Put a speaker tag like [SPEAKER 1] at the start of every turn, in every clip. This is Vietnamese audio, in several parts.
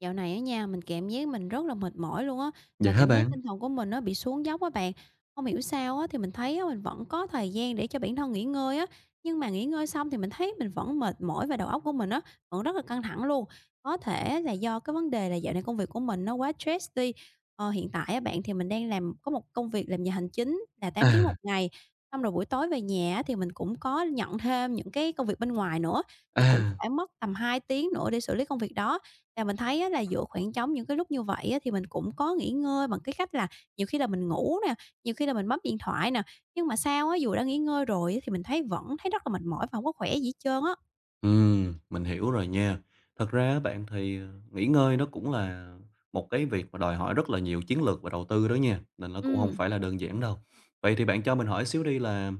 [SPEAKER 1] Dạo này á nha, mình cảm giác mình rất là mệt mỏi luôn á,
[SPEAKER 2] Vậy
[SPEAKER 1] và
[SPEAKER 2] hả
[SPEAKER 1] cảm thấy
[SPEAKER 2] bạn?
[SPEAKER 1] tinh thần của mình nó bị xuống dốc á bạn. Không hiểu sao á, thì mình thấy á, mình vẫn có thời gian để cho bản thân nghỉ ngơi á, nhưng mà nghỉ ngơi xong thì mình thấy mình vẫn mệt mỏi và đầu óc của mình á, vẫn rất là căng thẳng luôn. Có thể là do cái vấn đề là dạo này công việc của mình nó quá stress đi. Hiện tại á bạn, thì mình đang làm có một công việc làm nhà hành chính là 8 tiếng
[SPEAKER 2] À,
[SPEAKER 1] một ngày, xong rồi buổi tối về nhà á, thì mình cũng có nhận thêm những cái công việc bên ngoài nữa, thì cũng
[SPEAKER 2] à,
[SPEAKER 1] phải mất tầm 2 tiếng nữa để xử lý công việc đó. Là mình thấy á là giữa khoảng trống những cái lúc như vậy á, thì mình cũng có nghỉ ngơi bằng cái cách là nhiều khi là mình ngủ nè, nhiều khi là mình bấm điện thoại nè, nhưng mà sao á, dù đã nghỉ ngơi rồi á, thì mình thấy vẫn thấy rất là mệt mỏi và không có khỏe gì hết trơn á.
[SPEAKER 2] mình hiểu rồi nha. Thật ra á bạn thì, nghỉ ngơi nó cũng là một cái việc mà đòi hỏi rất là nhiều chiến lược và đầu tư đó nha, nên nó cũng không
[SPEAKER 1] Ừm.
[SPEAKER 2] phải là đơn giản đâu. Vậy thì bạn cho mình hỏi xíu đi là,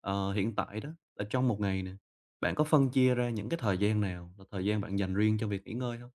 [SPEAKER 2] hiện tại đó, là trong một ngày nè, bạn có phân chia ra những cái thời gian nào là thời gian bạn dành riêng cho việc nghỉ ngơi không?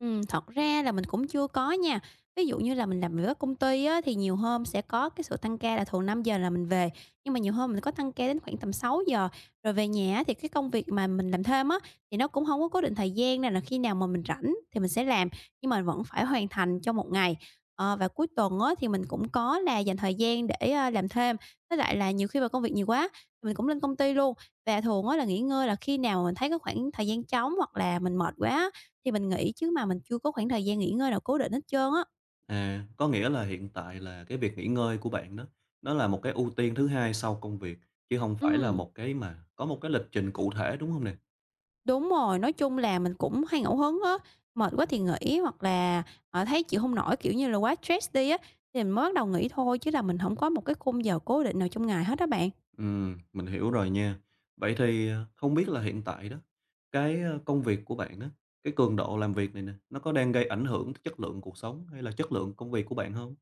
[SPEAKER 1] Thật ra là mình cũng chưa có nha. Ví dụ như là mình làm việc ở công ty á, thì nhiều hôm sẽ có cái sự tăng ca là thường 5 giờ là mình về, nhưng mà nhiều hôm mình có tăng ca đến khoảng tầm 6 giờ. Rồi về nhà á, thì cái công việc mà mình làm thêm á, thì nó cũng không có cố định thời gian nên là khi nào mà mình rảnh thì mình sẽ làm, nhưng mà vẫn phải hoàn thành trong một ngày. Và cuối tuần á, thì mình cũng có là dành thời gian để, làm thêm, với lại là nhiều khi mà công việc nhiều quá thì mình cũng lên công ty luôn. Và thường á, là nghỉ ngơi là khi nào mà mình thấy có khoảng thời gian trống hoặc là mình mệt quá á, thì mình nghỉ chứ mà mình chưa có khoảng thời gian nghỉ ngơi nào cố định hết trơn á.
[SPEAKER 2] À, có nghĩa là hiện tại là cái việc nghỉ ngơi của bạn đó, nó là một cái ưu tiên thứ hai sau công việc, chứ không phải là
[SPEAKER 1] Ừm,
[SPEAKER 2] một cái mà có một cái lịch trình cụ thể, đúng không nè?
[SPEAKER 1] đúng rồi, nói chung là mình cũng hay ngẫu hứng á, mệt quá thì nghỉ hoặc là, thấy chịu không nổi, kiểu như là, quá stress đi á, thì mình mới bắt đầu nghỉ thôi, chứ là mình không có một cái khung giờ cố định nào trong ngày hết á bạn.
[SPEAKER 2] Mình hiểu rồi nha. Vậy thì, không biết là hiện tại đó, công việc của bạn đó, cái cường độ làm việc này nè, nó có đang gây ảnh hưởng tới chất lượng cuộc sống hay là chất lượng công việc của bạn không?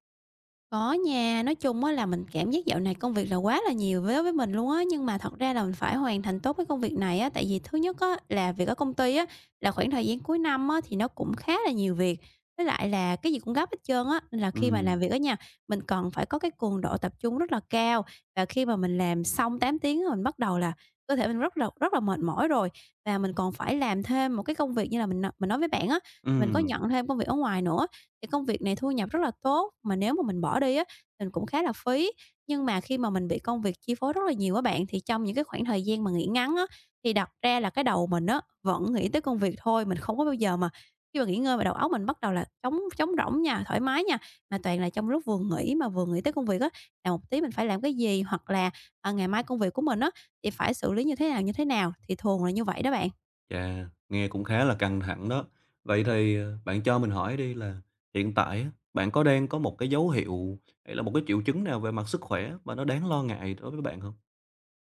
[SPEAKER 1] Có nha, nói chung á là mình cảm giác dạo này công việc là quá là nhiều với mình luôn á, nhưng mà thật ra là mình phải hoàn thành tốt cái công việc này á, tại vì thứ nhất á là việc ở công ty á là khoảng thời gian cuối năm á thì nó cũng khá là nhiều việc, với lại là cái gì cũng gấp hết trơn á, nên là khi mà làm
[SPEAKER 2] Ừm,
[SPEAKER 1] việc ở nhà mình cần phải có cái cường độ tập trung rất là cao và khi mà mình làm xong 8 tiếng á, mình bắt đầu là cơ thể mình rất là mệt mỏi rồi và mình còn phải làm thêm một cái công việc như là mình nói với bạn á, mình có
[SPEAKER 2] ừm,
[SPEAKER 1] nhận thêm công việc ở ngoài nữa thì công việc này thu nhập rất là tốt, mà nếu mà mình bỏ đi á, mình cũng khá là phí. Nhưng mà khi mà mình bị công việc chi phối rất là nhiều á bạn, thì trong những cái khoảng thời gian mà nghỉ ngắn á, thì đặt ra là cái đầu mình á, vẫn nghĩ tới công việc thôi, mình không có bao giờ mà khi mà nghỉ ngơi mà đầu óc mình bắt đầu là trống trống rỗng nha, thoải mái nha, mà toàn là trong lúc vừa nghỉ mà vừa nghĩ tới công việc á, là một tí mình phải làm cái gì, hoặc là, ngày mai công việc của mình á, thì phải xử lý như thế nào, thì thường là như vậy đó bạn.
[SPEAKER 2] chà, nghe cũng khá là căng thẳng đó. Vậy thì, bạn cho mình hỏi đi là hiện tại á, bạn có đang có một cái dấu hiệu hay là một cái triệu chứng nào về mặt sức khỏe mà nó đáng lo ngại đối với bạn không?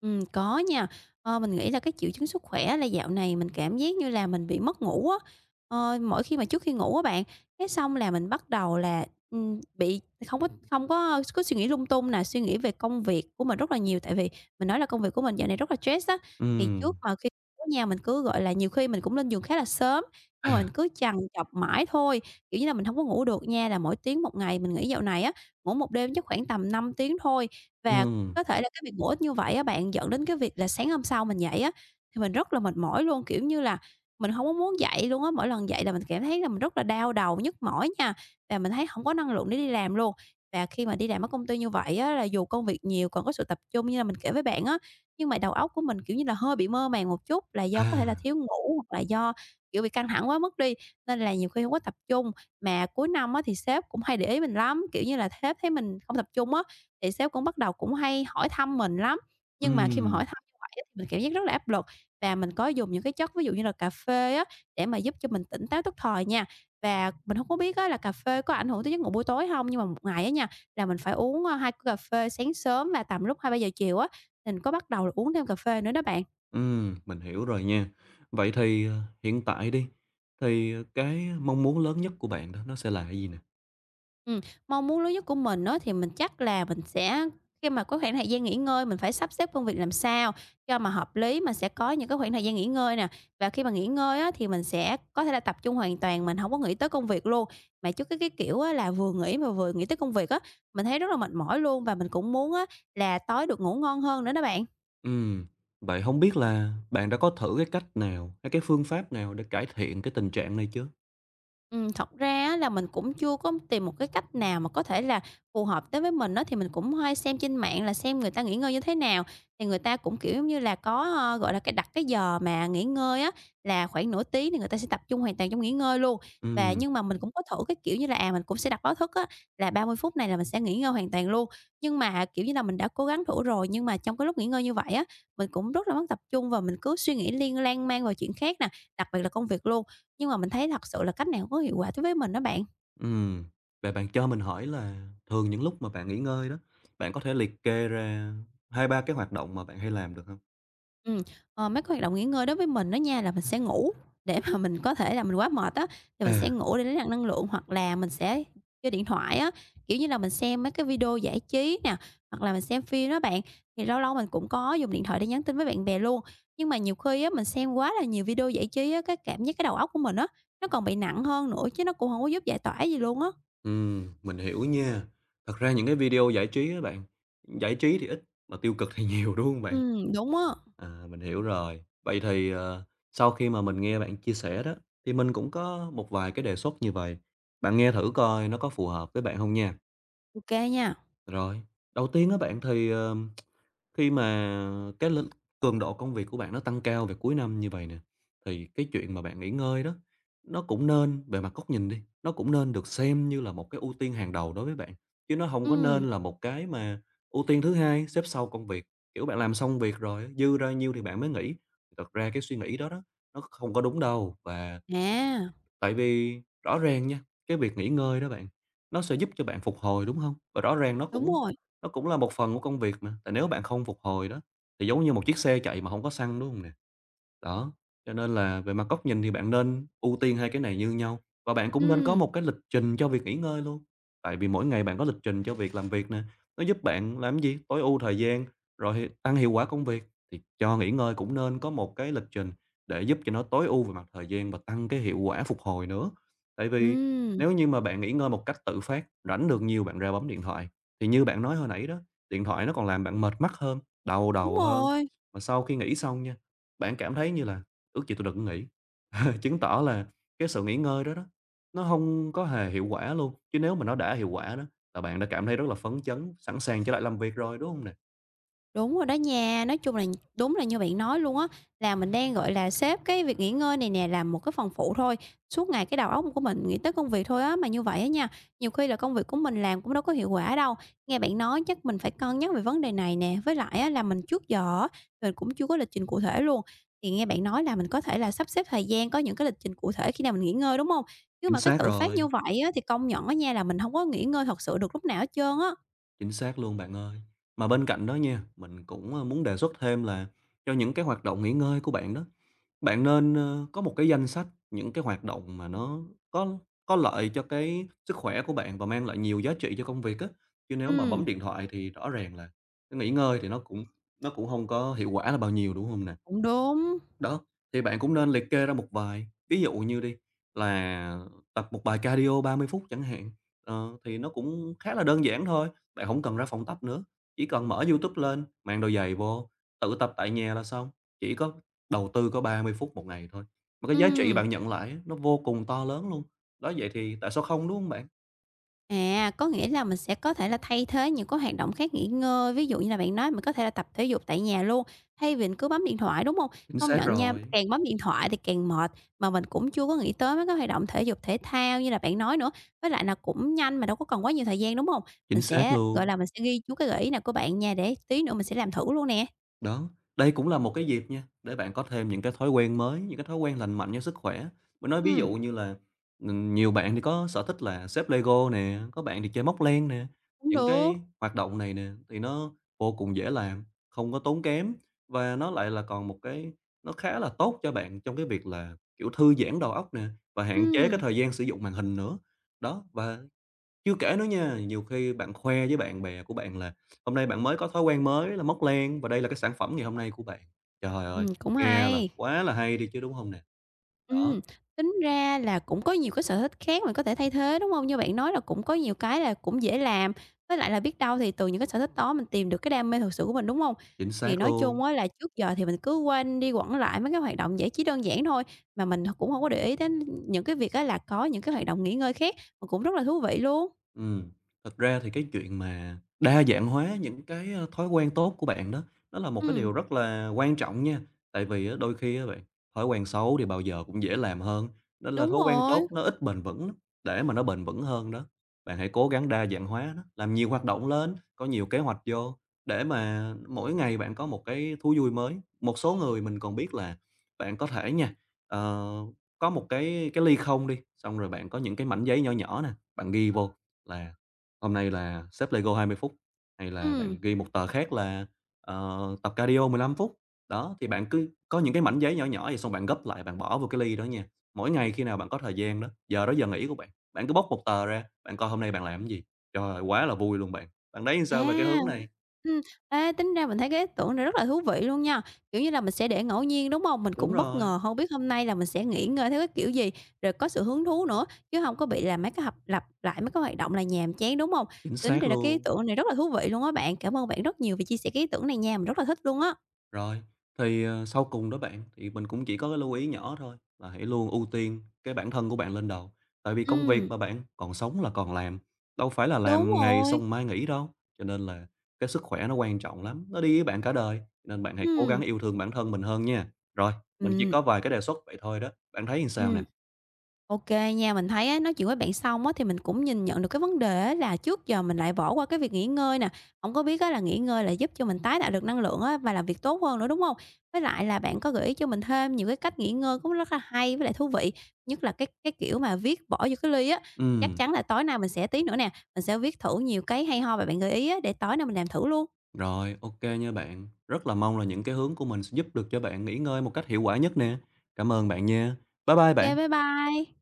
[SPEAKER 1] Có nha. Mình nghĩ là cái triệu chứng sức khỏe là dạo này mình cảm giác như là mình bị mất ngủ á. Mỗi khi mà trước khi ngủ á bạn, cái xong là mình bắt đầu là, bị không có không có có suy nghĩ lung tung nè, suy nghĩ về công việc của mình rất là nhiều, tại vì mình nói là công việc của mình dạo này rất là stress á. Thì
[SPEAKER 2] Ừm,
[SPEAKER 1] trước mà khi ngủ nha, mình cứ, gọi là, nhiều khi mình cũng lên giường khá là sớm, nhưng mà mình
[SPEAKER 2] à,
[SPEAKER 1] cứ chằn chọc mãi thôi, kiểu như là, mình không có ngủ được nha, là mỗi tiếng một ngày. Mình nghĩ dạo này á, ngủ một đêm chắc khoảng tầm 5 tiếng thôi và
[SPEAKER 2] ừm,
[SPEAKER 1] có thể là cái việc bổ ích như vậy á bạn, dẫn đến cái việc là sáng hôm sau mình dậy á, thì mình rất là mệt mỏi luôn, kiểu như là, mình không có muốn dậy luôn á. Mỗi lần dậy là mình cảm thấy là mình rất là đau đầu, nhức mỏi nha, và mình thấy không có năng lượng để đi làm luôn. Và khi mà đi làm ở công ty như vậy á, là dù công việc nhiều còn có sự tập trung như là mình kể với bạn á, nhưng mà đầu óc của mình, kiểu như là, hơi bị mơ màng một chút, là
[SPEAKER 2] à,
[SPEAKER 1] do có thể là thiếu ngủ hoặc là do, kiểu, bị căng thẳng quá mức đi, nên là nhiều khi không có tập trung. Mà cuối năm á, thì sếp cũng hay để ý mình lắm, kiểu như là, sếp thấy mình không tập trung á, thì sếp cũng bắt đầu cũng hay hỏi thăm mình lắm, nhưng mà khi mà
[SPEAKER 2] ừm.
[SPEAKER 1] hỏi thăm như vậy á thì mình cảm giác rất là áp lực và mình có dùng những cái chất ví dụ như là cà phê á, để mà giúp cho mình tỉnh táo tức thời nha. Và mình không có biết á là cà phê có ảnh hưởng tới giấc ngủ buổi tối không. Nhưng mà một ngày á nha, là mình phải uống, 2 cốc cà phê sáng sớm và tầm lúc 2-3 giờ chiều á, mình có bắt đầu là uống thêm cà phê nữa đó bạn.
[SPEAKER 2] Mình hiểu rồi nha. Vậy thì, hiện tại đi, thì, cái mong muốn lớn nhất của bạn đó nó sẽ là cái gì nè?
[SPEAKER 1] Ừm, mong muốn lớn nhất của mình á, thì mình chắc là mình sẽ khi mà có khoảng thời gian nghỉ ngơi mình phải sắp xếp công việc làm sao cho mà hợp lý, mà sẽ có những cái khoảng thời gian nghỉ ngơi nè. Và khi mà nghỉ ngơi á, thì mình sẽ có thể là tập trung hoàn toàn, mình không có nghĩ tới công việc luôn. Mà chứ cái kiểu á, là vừa nghỉ mà vừa nghĩ tới công việc á, mình thấy rất là mệt mỏi luôn và mình cũng muốn á, là tối được ngủ ngon hơn nữa đó bạn.
[SPEAKER 2] Ừm, vậy không biết là bạn đã có thử cái cách nào, hay cái phương pháp nào để cải thiện cái tình trạng này chưa?
[SPEAKER 1] Thật ra á là mình cũng chưa có tìm một cái cách nào mà có thể là phù hợp tới với mình đó thì mình cũng hay xem trên mạng là xem người ta nghỉ ngơi như thế nào. Thì người ta cũng, kiểu, giống như là, có, gọi là, cái đặt cái giờ mà nghỉ ngơi á, là khoảng nửa tiếng thì người ta sẽ tập trung hoàn toàn trong nghỉ ngơi luôn. Và
[SPEAKER 2] Ừm,
[SPEAKER 1] nhưng mà mình cũng có thử cái kiểu như là, mình cũng sẽ đặt báo thức á, là 30 phút này là mình sẽ nghỉ ngơi hoàn toàn luôn. Nhưng mà, kiểu như là, mình đã cố gắng thử rồi, nhưng mà trong cái lúc nghỉ ngơi như vậy á, mình cũng rất là mất tập trung và mình cứ suy nghĩ liên lan man vào chuyện khác nè, đặc biệt là công việc luôn. Nhưng mà mình thấy thật sự là cách này hông có hiệu quả đối với mình đó bạn.
[SPEAKER 2] ừm, vậy bạn cho mình hỏi là thường những lúc mà bạn nghỉ ngơi đó, bạn có thể liệt kê ra hai ba cái hoạt động mà bạn hay làm được không?
[SPEAKER 1] Ừ. Mấy cái hoạt động nghỉ ngơi đối với mình đó nha là mình sẽ ngủ để mà mình có thể là mình quá mệt á, thì mình sẽ
[SPEAKER 2] À.
[SPEAKER 1] ngủ để lấy lại năng lượng hoặc là mình sẽ chơi điện thoại á, kiểu như là, mình xem mấy cái video giải trí nè, hoặc là mình xem phim đó bạn. Thì lâu lâu mình cũng có dùng điện thoại để nhắn tin với bạn bè luôn, nhưng mà nhiều khi á mình xem quá là nhiều video giải trí á, cái cảm giác cái đầu óc của mình á, nó còn bị nặng hơn nữa chứ nó cũng không có giúp giải tỏa gì luôn á.
[SPEAKER 2] Mình hiểu nha. Thật ra những cái video giải trí á bạn, giải trí thì ít mà tiêu cực thì nhiều, đúng không
[SPEAKER 1] Ừ,
[SPEAKER 2] bạn?
[SPEAKER 1] đúng á.
[SPEAKER 2] À, mình hiểu rồi. Vậy thì, sau khi mà mình nghe bạn chia sẻ đó, thì mình cũng có một vài cái đề xuất như vậy, bạn nghe thử coi nó có phù hợp với bạn không nha.
[SPEAKER 1] Ok nha.
[SPEAKER 2] Rồi, đầu tiên á bạn thì, khi mà cái l cường độ công việc của bạn nó tăng cao về cuối năm như vậy nè, thì cái chuyện mà bạn nghỉ ngơi đó, nó cũng nên về mặt góc nhìn đi, nó cũng nên được xem như là một cái ưu tiên hàng đầu đối với bạn, chứ nó không có
[SPEAKER 1] Ừ.
[SPEAKER 2] nên là một cái mà ưu tiên thứ hai xếp sau công việc. Kiểu, bạn làm xong việc rồi dư ra nhiêu thì bạn mới nghỉ, thật ra cái suy nghĩ đó đó, nó không có đúng đâu. Và
[SPEAKER 1] À,
[SPEAKER 2] tại vì rõ ràng nha, cái việc nghỉ ngơi đó bạn, nó sẽ giúp cho bạn phục hồi, đúng hông? Và rõ ràng
[SPEAKER 1] đúng rồi.
[SPEAKER 2] nó cũng là một phần của công việc mà, tại nếu bạn không phục hồi đó, thì giống như một chiếc xe chạy mà hông có xăng, đúng hông nè? Đó, cho nên là về mặt góc nhìn thì bạn nên ưu tiên hai cái này như nhau và bạn cũng nên có
[SPEAKER 1] Ừm,
[SPEAKER 2] một cái lịch trình cho việc nghỉ ngơi luôn. Tại vì mỗi ngày bạn có lịch trình cho việc làm việc nè, nó giúp bạn làm gì? Tối ưu thời gian, rồi tăng hiệu quả công việc, thì cho nghỉ ngơi cũng nên có một cái lịch trình để giúp cho nó tối ưu về mặt thời gian và tăng cái hiệu quả phục hồi nữa. Tại vì
[SPEAKER 1] ừm,
[SPEAKER 2] nếu như mà bạn nghỉ ngơi một cách tự phát, rảnh được nhiều bạn ra bấm điện thoại thì như bạn nói hồi nãy đó, điện thoại nó còn làm bạn mệt mắt hơn, đau
[SPEAKER 1] đúng
[SPEAKER 2] đầu hơn.
[SPEAKER 1] rồi,
[SPEAKER 2] Mà sau khi nghỉ xong nha, bạn cảm thấy như là "Ước gì tôi đừng có nghỉ." Chứng tỏ là cái sự nghỉ ngơi đó đó, nó không có hề hiệu quả luôn, chứ nếu mà nó đã hiệu quả đó là bạn đã cảm thấy rất là phấn chấn, sẵn sàng trở lại làm việc rồi, đúng không nè?
[SPEAKER 1] đúng rồi đó nha. Nói chung là đúng là như bạn nói luôn á, là mình đang, gọi là, xếp cái việc nghỉ ngơi này nè làm một cái phần phụ thôi. Suốt ngày cái đầu óc của mình nghĩ tới công việc thôi á, mà như vậy á nha, nhiều khi là công việc của mình làm cũng đâu có hiệu quả đâu. Nghe bạn nói chắc mình phải cân nhắc về vấn đề này nè, với lại á là mình trước giờ á, mình cũng chưa có lịch trình cụ thể luôn. Thì nghe bạn nói là mình có thể là sắp xếp thời gian, có những cái lịch trình cụ thể khi nào mình nghỉ ngơi, đúng hông? Chứ
[SPEAKER 2] Chính
[SPEAKER 1] mà cái
[SPEAKER 2] xác
[SPEAKER 1] tự phát như
[SPEAKER 2] rồi.
[SPEAKER 1] vậy á thì công nhận á nha là mình hông có nghỉ ngơi thật sự được lúc nào hết trơn á.
[SPEAKER 2] Chính xác luôn bạn ơi. Mà bên cạnh đó nha, mình cũng, muốn đề xuất thêm là cho những cái hoạt động nghỉ ngơi của bạn đó, bạn nên, có một cái danh sách những cái hoạt động mà nó có có lợi cho cái sức khỏe của bạn và mang lại nhiều giá trị cho công việc á, chứ nếu mà bấm
[SPEAKER 1] Ừm,
[SPEAKER 2] điện thoại thì rõ ràng là cái nghỉ ngơi thì nó cũng không có hiệu quả là bao nhiêu, đúng không nè?
[SPEAKER 1] cũng đúng.
[SPEAKER 2] Đó, thì bạn cũng nên liệt kê ra một vài, ví dụ như đi là tập một bài cardio 30 phút chẳng hạn, thì nó cũng khá là đơn giản thôi, bạn không cần ra phòng tập nữa, chỉ cần mở YouTube lên, mang đôi giày vô, tự tập tại nhà là xong, chỉ có đầu tư có 30 phút một ngày thôi, mà cái giá trị
[SPEAKER 1] Ừm,
[SPEAKER 2] bạn nhận lại á, nó vô cùng to lớn luôn. Đó, vậy thì tại sao không, đúng hông bạn?
[SPEAKER 1] à, có nghĩa là mình sẽ có thể là thay thế những cái hoạt động khác nghỉ ngơi, ví dụ như là bạn nói mình có thể là tập thể dục tại nhà luôn, thay vì mình cứ bấm điện thoại, đúng hông?
[SPEAKER 2] Chính
[SPEAKER 1] Công
[SPEAKER 2] xác
[SPEAKER 1] nhận nha,
[SPEAKER 2] rồi,
[SPEAKER 1] càng bấm điện thoại thì càng mệt, mà mình cũng chưa có nghĩ tới mấy cái hoạt động thể dục thể thao như là bạn nói nữa, với lại là cũng nhanh mà đâu có cần quá nhiều thời gian, đúng hông?
[SPEAKER 2] chính
[SPEAKER 1] Mình
[SPEAKER 2] xác
[SPEAKER 1] sẽ, gọi
[SPEAKER 2] luôn.
[SPEAKER 1] là, mình sẽ ghi chú cái gợi ý nào của bạn nha, để tí nữa mình sẽ làm thử luôn nè.
[SPEAKER 2] Đó, đây cũng là một cái dịp nha, để bạn có thêm những cái thói quen mới, những cái thói quen lành mạnh cho sức khỏe. Mình nói ví dụ
[SPEAKER 1] Ừm,
[SPEAKER 2] như là, nhiều bạn thì có sở thích là xếp Lego nè, có bạn thì chơi móc len nè,
[SPEAKER 1] cũng
[SPEAKER 2] những
[SPEAKER 1] được.
[SPEAKER 2] cái hoạt động này nè thì nó vô cùng dễ làm, không có tốn kém và nó lại là còn một cái, nó khá là tốt cho bạn trong cái việc là, kiểu, thư giãn đầu óc nè và hạn chế cái
[SPEAKER 1] Ừm,
[SPEAKER 2] thời gian sử dụng màn hình nữa. Đó, và chưa kể nữa nha, nhiều khi bạn khoe với bạn bè của bạn là hôm nay bạn mới có thói quen mới là móc len và đây là cái sản phẩm ngày hôm nay của bạn. Trời ơi,
[SPEAKER 1] cũng
[SPEAKER 2] nghe là
[SPEAKER 1] hay.
[SPEAKER 2] quá là hay đi chứ, đúng không nè? Đó,
[SPEAKER 1] Ừm, tính ra là cũng có nhiều cái sở thích khác mình có thể thay thế, đúng hông? Như bạn nói là cũng có nhiều cái là cũng dễ làm, với lại là biết đâu thì từ những cái sở thích đó mình tìm được cái đam mê thực sự của mình, đúng hông?
[SPEAKER 2] chính
[SPEAKER 1] Thì
[SPEAKER 2] xác
[SPEAKER 1] nói
[SPEAKER 2] luôn.
[SPEAKER 1] chung á là trước giờ thì mình cứ quanh đi quẩn lại mấy cái hoạt động giải trí đơn giản thôi, mà mình cũng hông có để ý đến những cái việc á là có những cái hoạt động nghỉ ngơi khác mà cũng rất là thú vị luôn.
[SPEAKER 2] Ừm, thật ra thì cái chuyện mà đa dạng hóa những thói quen tốt của bạn đó, nó là một cái điều
[SPEAKER 1] Ừm,
[SPEAKER 2] rất là quan trọng nha. Tại vì á, đôi khi á bạn, thói quen xấu thì bao giờ cũng dễ làm hơn, nên là
[SPEAKER 1] đúng
[SPEAKER 2] thói quen tốt
[SPEAKER 1] rồi,
[SPEAKER 2] nó ít bền vững lắm. Để mà nó bền vững hơn đó, bạn hãy cố gắng đa dạng hóa nó, làm nhiều hoạt động lên, có nhiều kế hoạch vô để mà mỗi ngày bạn có một cái thú vui mới. Một số người mình còn biết là bạn có thể nha, ờ, có một cái ly không đi, xong rồi bạn có những cái mảnh giấy nhỏ nhỏ nè, bạn ghi vô là hôm nay là xếp Lego 20 phút, hay là
[SPEAKER 1] ừm.
[SPEAKER 2] bạn ghi một tờ khác là, tập cardio 15 phút. Đó, thì bạn cứ có những cái mảnh giấy nhỏ nhỏ vậy xong bạn gấp lại bạn bỏ vô cái ly đó nha. Mỗi ngày khi nào bạn có thời gian đó giờ nghỉ của bạn, bạn cứ bóc một tờ ra, bạn coi hôm nay bạn làm cái gì. Trời ơi, quá là vui luôn bạn! Bạn thấy sao về cái
[SPEAKER 1] À,
[SPEAKER 2] hướng này?
[SPEAKER 1] ừm, ê, tính ra mình thấy cái ý tưởng này rất là thú vị luôn nha. Kiểu như là, mình sẽ để ngẫu nhiên, đúng hông? Mình
[SPEAKER 2] Đúng
[SPEAKER 1] cũng bất
[SPEAKER 2] rồi,
[SPEAKER 1] ngờ, hông biết hôm nay là mình sẽ nghỉ ngơi theo cái kiểu gì, rồi có sự hứng thú nữa, chứ hông có bị là mấy cái lặp lại mấy cái hoạt động là nhàm chán, đúng hông?
[SPEAKER 2] chính
[SPEAKER 1] Tính
[SPEAKER 2] xác
[SPEAKER 1] ra là cái ý
[SPEAKER 2] luôn.
[SPEAKER 1] tưởng này rất là thú vị luôn á bạn. Cảm ơn bạn rất nhiều vì chia sẻ cái ý tưởng này nha, mình rất là thích luôn á.
[SPEAKER 2] Rồi, thì, sau cùng đó bạn, thì mình cũng chỉ có cái lưu ý nhỏ thôi, là hãy luôn ưu tiên cái bản thân của bạn lên đầu. Tại vì công việc mà
[SPEAKER 1] Ừm,
[SPEAKER 2] bạn, còn sống là còn làm, đâu phải là
[SPEAKER 1] đúng
[SPEAKER 2] làm ngày
[SPEAKER 1] rồi,
[SPEAKER 2] xong mai nghỉ đâu. Cho nên là cái sức khỏe nó quan trọng lắm, nó đi với bạn cả đời, nên bạn hãy cố gắng
[SPEAKER 1] ừm,
[SPEAKER 2] yêu thương bản thân mình hơn nha. Rồi, mình chỉ
[SPEAKER 1] ừm,
[SPEAKER 2] có vài cái đề xuất vậy thôi đó, bạn thấy làm sao
[SPEAKER 1] ừm.
[SPEAKER 2] nè?
[SPEAKER 1] OK nha, mình thấy á, nói chuyện với bạn xong á, thì mình cũng nhìn nhận được cái vấn đề á, là trước giờ mình lại bỏ qua cái việc nghỉ ngơi nè, không có biết á, là nghỉ ngơi là giúp cho mình tái tạo được năng lượng á, và làm việc tốt hơn nữa, đúng không? Với lại là bạn có gợi ý cho mình thêm nhiều cái cách nghỉ ngơi cũng rất là hay với lại thú vị, nhất là cái kiểu mà viết bỏ vô cái ly á. Chắc
[SPEAKER 2] Ừ,
[SPEAKER 1] chắn là tối nay mình sẽ tí nữa nè, mình sẽ viết thử nhiều cái hay ho mà bạn gợi ý á, để tối nay mình làm thử luôn.
[SPEAKER 2] rồi, ok kê nha bạn. Rất là mong là những cái hướng của mình sẽ giúp được cho bạn nghỉ ngơi một cách hiệu quả nhất nè. Cảm ơn bạn nha. Bye bye
[SPEAKER 1] OK, bye
[SPEAKER 2] bạn.
[SPEAKER 1] bye.